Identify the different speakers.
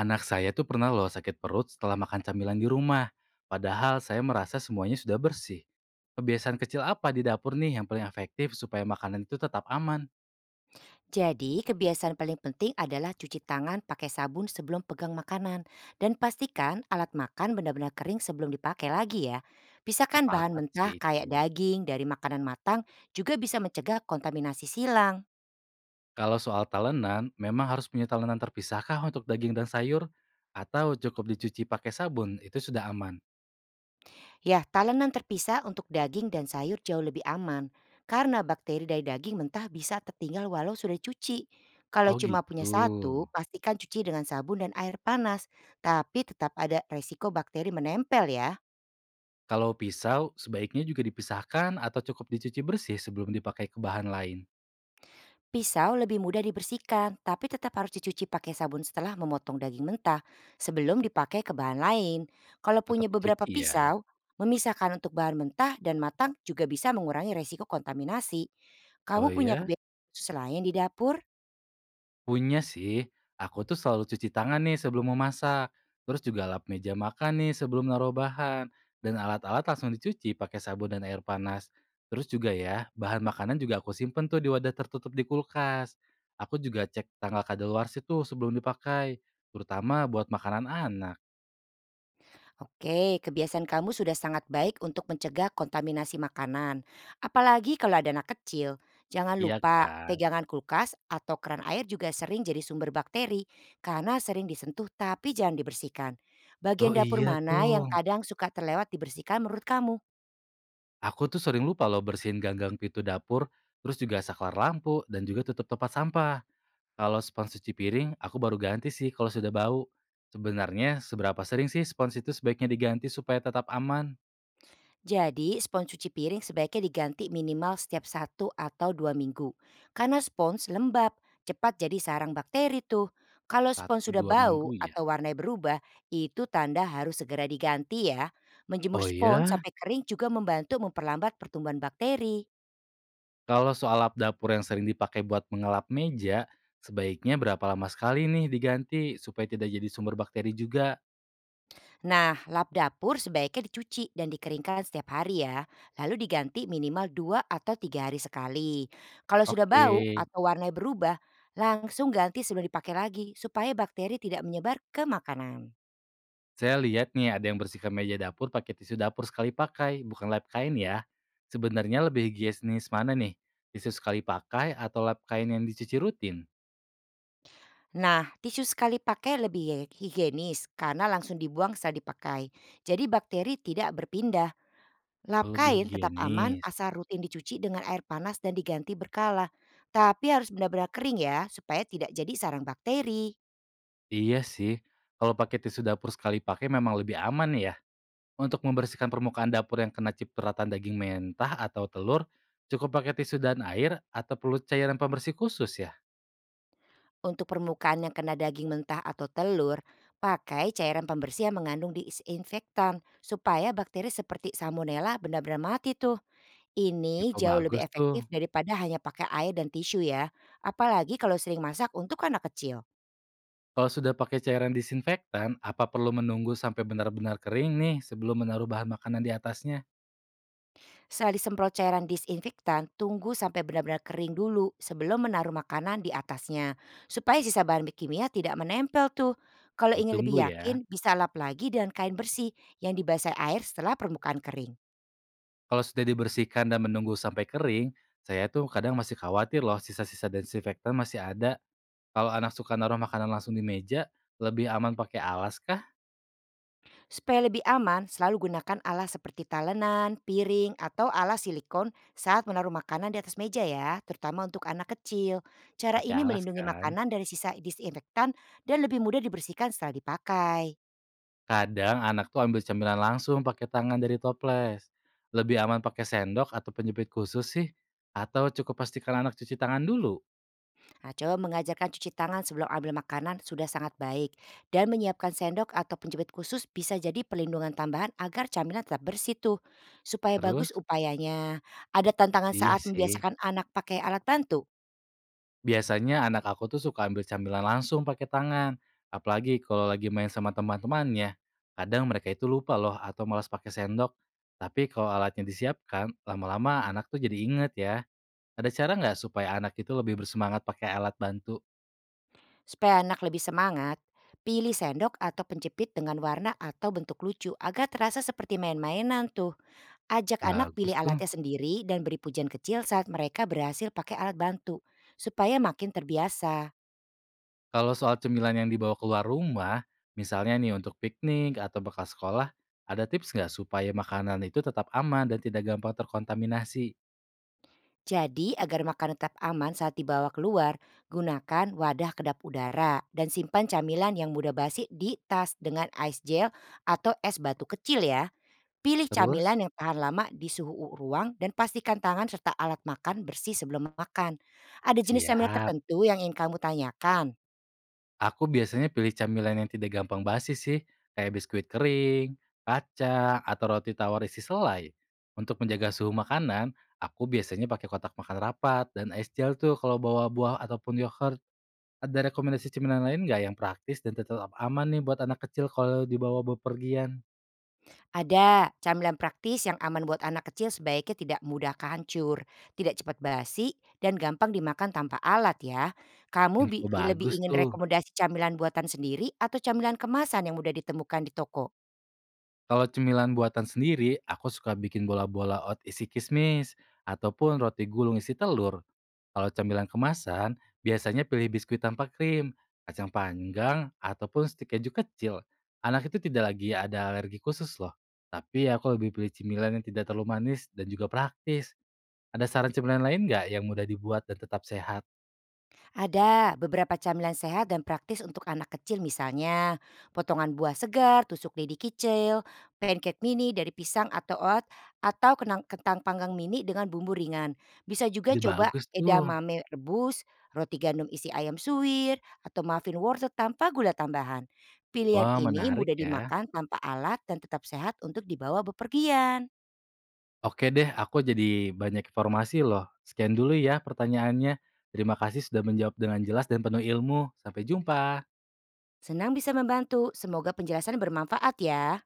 Speaker 1: Anak saya tuh pernah loh sakit perut setelah makan camilan di rumah. Padahal saya merasa semuanya sudah bersih. Kebiasaan kecil apa di dapur nih yang paling efektif supaya makanan itu tetap aman?
Speaker 2: Jadi, kebiasaan paling penting adalah cuci tangan pakai sabun sebelum pegang makanan dan pastikan alat makan benar-benar kering sebelum dipakai lagi ya. Pisahkan bahan
Speaker 1: Sepakat sih
Speaker 2: mentah
Speaker 1: itu.
Speaker 2: kayak daging dari makanan matang juga bisa mencegah kontaminasi silang.
Speaker 1: Kalau soal talenan, memang harus punya talenan terpisahkah untuk daging dan sayur? Atau cukup dicuci pakai sabun, itu sudah aman?
Speaker 2: Ya, talenan terpisah untuk daging dan sayur jauh lebih aman karena bakteri dari daging mentah bisa tertinggal walau sudah dicuci. Kalau
Speaker 1: Oh
Speaker 2: cuma punya
Speaker 1: gitu.
Speaker 2: satu, pastikan cuci dengan sabun dan air panas, tapi tetap ada resiko bakteri menempel ya.
Speaker 1: Kalau pisau, sebaiknya juga dipisahkan atau cukup dicuci bersih sebelum dipakai ke bahan lain?
Speaker 2: Pisau lebih mudah dibersihkan, tapi tetap harus dicuci pakai sabun setelah memotong daging mentah sebelum dipakai ke bahan lain. Kalau
Speaker 1: Tetap
Speaker 2: punya beberapa
Speaker 1: dicuci ya?
Speaker 2: pisau, memisahkan untuk bahan mentah dan matang juga bisa mengurangi resiko kontaminasi.
Speaker 1: Oh
Speaker 2: Kamu punya
Speaker 1: ya?
Speaker 2: kebiasaan khusus lain di dapur?
Speaker 1: Punya sih, aku tuh selalu cuci tangan nih sebelum memasak, terus juga lap meja makan nih sebelum naruh bahan, dan alat-alat langsung dicuci pakai sabun dan air panas. Terus juga ya, bahan makanan juga aku simpen tuh di wadah tertutup di kulkas. Aku juga cek tanggal kadaluarsa tuh sebelum dipakai, terutama buat makanan anak,
Speaker 2: Oke, kebiasaan kamu sudah sangat baik untuk mencegah kontaminasi makanan. Apalagi kalau ada anak kecil. Jangan
Speaker 1: iya
Speaker 2: lupa
Speaker 1: kan?
Speaker 2: pegangan kulkas atau keran air juga sering jadi sumber bakteri karena sering disentuh tapi jangan dibersihkan. Bagian
Speaker 1: Oh
Speaker 2: dapur
Speaker 1: iya
Speaker 2: mana yang
Speaker 1: tuh,
Speaker 2: kadang suka terlewat dibersihkan menurut kamu?
Speaker 1: aku tuh sering lupa loh bersihin ganggang pintu dapur, terus juga saklar lampu, dan juga tutup tempat sampah. Kalau spons cuci piring, aku baru ganti sih kalau sudah bau. Sebenarnya seberapa sering sih spons itu sebaiknya diganti supaya tetap aman?
Speaker 2: Jadi, spons cuci piring sebaiknya diganti minimal setiap 1 atau 2 minggu. Karena spons lembab, cepat jadi sarang bakteri tuh. Kalau spons
Speaker 1: Satu
Speaker 2: sudah
Speaker 1: dua
Speaker 2: bau
Speaker 1: minggu ya?
Speaker 2: atau warnanya berubah, itu tanda harus segera diganti ya. Menjemur
Speaker 1: Oh
Speaker 2: spons
Speaker 1: ya?
Speaker 2: sampai kering juga membantu memperlambat pertumbuhan bakteri.
Speaker 1: Kalau soal lap dapur yang sering dipakai buat mengelap meja, sebaiknya berapa lama sekali nih diganti supaya tidak jadi sumber bakteri juga?
Speaker 2: Nah, lap dapur sebaiknya dicuci dan dikeringkan setiap hari ya, lalu diganti minimal 2 atau 3 hari sekali. Kalau sudah
Speaker 1: Oke.
Speaker 2: bau atau warnanya berubah, langsung ganti sebelum dipakai lagi supaya bakteri tidak menyebar ke makanan.
Speaker 1: Saya lihat nih ada yang bersihkan meja dapur pakai tisu dapur sekali pakai, bukan lap kain ya. Sebenarnya lebih higienis mana nih? Tisu sekali pakai atau lap kain yang dicuci rutin?
Speaker 2: Nah, tisu sekali pakai lebih higienis karena langsung dibuang setelah dipakai. Jadi bakteri tidak berpindah.
Speaker 1: Oh,
Speaker 2: Lap
Speaker 1: lebih
Speaker 2: kain tetap aman
Speaker 1: higienis.
Speaker 2: asal rutin dicuci dengan air panas dan diganti berkala. Tapi harus benar-benar kering ya supaya tidak jadi sarang bakteri.
Speaker 1: Iya sih, kalau pakai tisu dapur sekali pakai memang lebih aman ya. Untuk membersihkan permukaan dapur yang kena cipratan daging mentah atau telur, cukup pakai tisu dan air atau perlu cairan pembersih khusus ya?
Speaker 2: Untuk permukaan yang kena daging mentah atau telur, pakai cairan pembersih yang mengandung disinfektan supaya bakteri seperti salmonella benar-benar mati tuh. Ini
Speaker 1: Info
Speaker 2: jauh lebih
Speaker 1: bagus tuh.
Speaker 2: efektif daripada hanya pakai air dan tisu ya, apalagi kalau sering masak untuk anak kecil.
Speaker 1: Kalau sudah pakai cairan disinfektan, apa perlu menunggu sampai benar-benar kering nih sebelum menaruh bahan makanan di atasnya?
Speaker 2: Setelah disemprot cairan disinfektan, tunggu sampai benar-benar kering dulu sebelum menaruh makanan di atasnya supaya sisa bahan kimia tidak menempel tuh. Kalau ingin lebih
Speaker 1: Ditunggu ya.
Speaker 2: yakin, bisa lap lagi dengan kain bersih yang dibasahi air setelah permukaan kering.
Speaker 1: Kalau sudah dibersihkan dan menunggu sampai kering, saya tuh kadang masih khawatir loh sisa-sisa disinfektan masih ada. Kalau anak suka naruh makanan langsung di meja, lebih aman pakai alas kah?
Speaker 2: Supaya lebih aman, selalu gunakan alas seperti talenan, piring, atau alas silikon saat menaruh makanan di atas meja ya, terutama untuk anak kecil. Cara
Speaker 1: Pakai
Speaker 2: ini
Speaker 1: alas
Speaker 2: melindungi
Speaker 1: kan.
Speaker 2: makanan dari sisa disinfektan dan lebih mudah dibersihkan setelah dipakai.
Speaker 1: Kadang anak tuh ambil cemilan langsung pakai tangan dari toples. Lebih aman pakai sendok atau penjepit khusus sih? Atau cukup pastikan anak cuci tangan dulu?
Speaker 2: Nah, coba mengajarkan cuci tangan sebelum ambil makanan sudah sangat baik. Dan menyiapkan sendok atau penjepit khusus bisa jadi perlindungan tambahan agar camilan tetap bersih tuh. Supaya
Speaker 1: Terus?
Speaker 2: bagus upayanya. Ada tantangan
Speaker 1: Iya
Speaker 2: saat
Speaker 1: sih.
Speaker 2: membiasakan anak pakai alat bantu?
Speaker 1: Biasanya anak aku tuh suka ambil camilan langsung pakai tangan, apalagi kalau lagi main sama teman-temannya. Kadang mereka itu lupa loh atau malas pakai sendok. Tapi kalau alatnya disiapkan, lama-lama anak tuh jadi inget ya. Ada cara nggak supaya anak itu lebih bersemangat pakai alat bantu?
Speaker 2: Supaya anak lebih semangat, pilih sendok atau penjepit dengan warna atau bentuk lucu agar terasa seperti main-mainan tuh. Ajak anak pilih
Speaker 1: Bagus tuh.
Speaker 2: alatnya sendiri dan beri pujian kecil saat mereka berhasil pakai alat bantu, supaya makin terbiasa.
Speaker 1: Kalau soal cemilan yang dibawa keluar rumah, misalnya nih untuk piknik atau bekal sekolah, ada tips nggak supaya makanan itu tetap aman dan tidak gampang terkontaminasi?
Speaker 2: Jadi agar makanan tetap aman saat dibawa keluar, gunakan wadah kedap udara dan simpan camilan yang mudah basi di tas dengan ice gel atau es batu kecil ya. Pilih
Speaker 1: Terus?
Speaker 2: camilan yang tahan lama di suhu ruang dan pastikan tangan serta alat makan bersih sebelum makan. Ada jenis camilan
Speaker 1: Siap.
Speaker 2: tertentu yang ingin kamu tanyakan?
Speaker 1: Aku biasanya pilih camilan yang tidak gampang basi sih, kayak biskuit kering, kacang, atau roti tawar isi selai. Untuk menjaga suhu makanan, aku biasanya pakai kotak makan rapat dan es gel tuh kalau bawa buah ataupun yogurt. Ada rekomendasi cemilan lain nggak yang praktis dan tetap aman nih buat anak kecil kalau dibawa bepergian?
Speaker 2: Ada, camilan praktis yang aman buat anak kecil sebaiknya tidak mudah hancur, tidak cepat basi, dan gampang dimakan tanpa alat ya.
Speaker 1: Info
Speaker 2: Lebih
Speaker 1: bagus
Speaker 2: ingin
Speaker 1: tuh.
Speaker 2: rekomendasi camilan buatan sendiri atau camilan kemasan yang mudah ditemukan di toko?
Speaker 1: Kalau cemilan buatan sendiri, aku suka bikin bola-bola oat isi kismis ataupun roti gulung isi telur. Kalau cemilan kemasan, biasanya pilih biskuit tanpa krim, kacang panggang, ataupun stik keju kecil. Anak itu tidak lagi ada alergi khusus loh. Tapi aku lebih pilih cemilan yang tidak terlalu manis dan juga praktis. Ada saran cemilan lain nggak yang mudah dibuat dan tetap sehat?
Speaker 2: Ada beberapa camilan sehat dan praktis untuk anak kecil misalnya potongan buah segar, tusuk lidi kicil, pancake mini dari pisang atau oat, atau kentang panggang mini dengan bumbu ringan. Bisa juga
Speaker 1: Ide
Speaker 2: coba
Speaker 1: bagus tuh.
Speaker 2: edamame rebus, roti gandum isi ayam suwir, atau muffin wortel tanpa gula tambahan. Pilihan
Speaker 1: Wah,
Speaker 2: ini
Speaker 1: menarik
Speaker 2: mudah
Speaker 1: ya.
Speaker 2: dimakan tanpa alat dan tetap sehat untuk dibawa bepergian.
Speaker 1: Oke deh, aku jadi banyak informasi loh. Sekian dulu ya pertanyaannya. Terima kasih sudah menjawab dengan jelas dan penuh ilmu. Sampai jumpa.
Speaker 2: Senang bisa membantu, semoga penjelasan bermanfaat ya.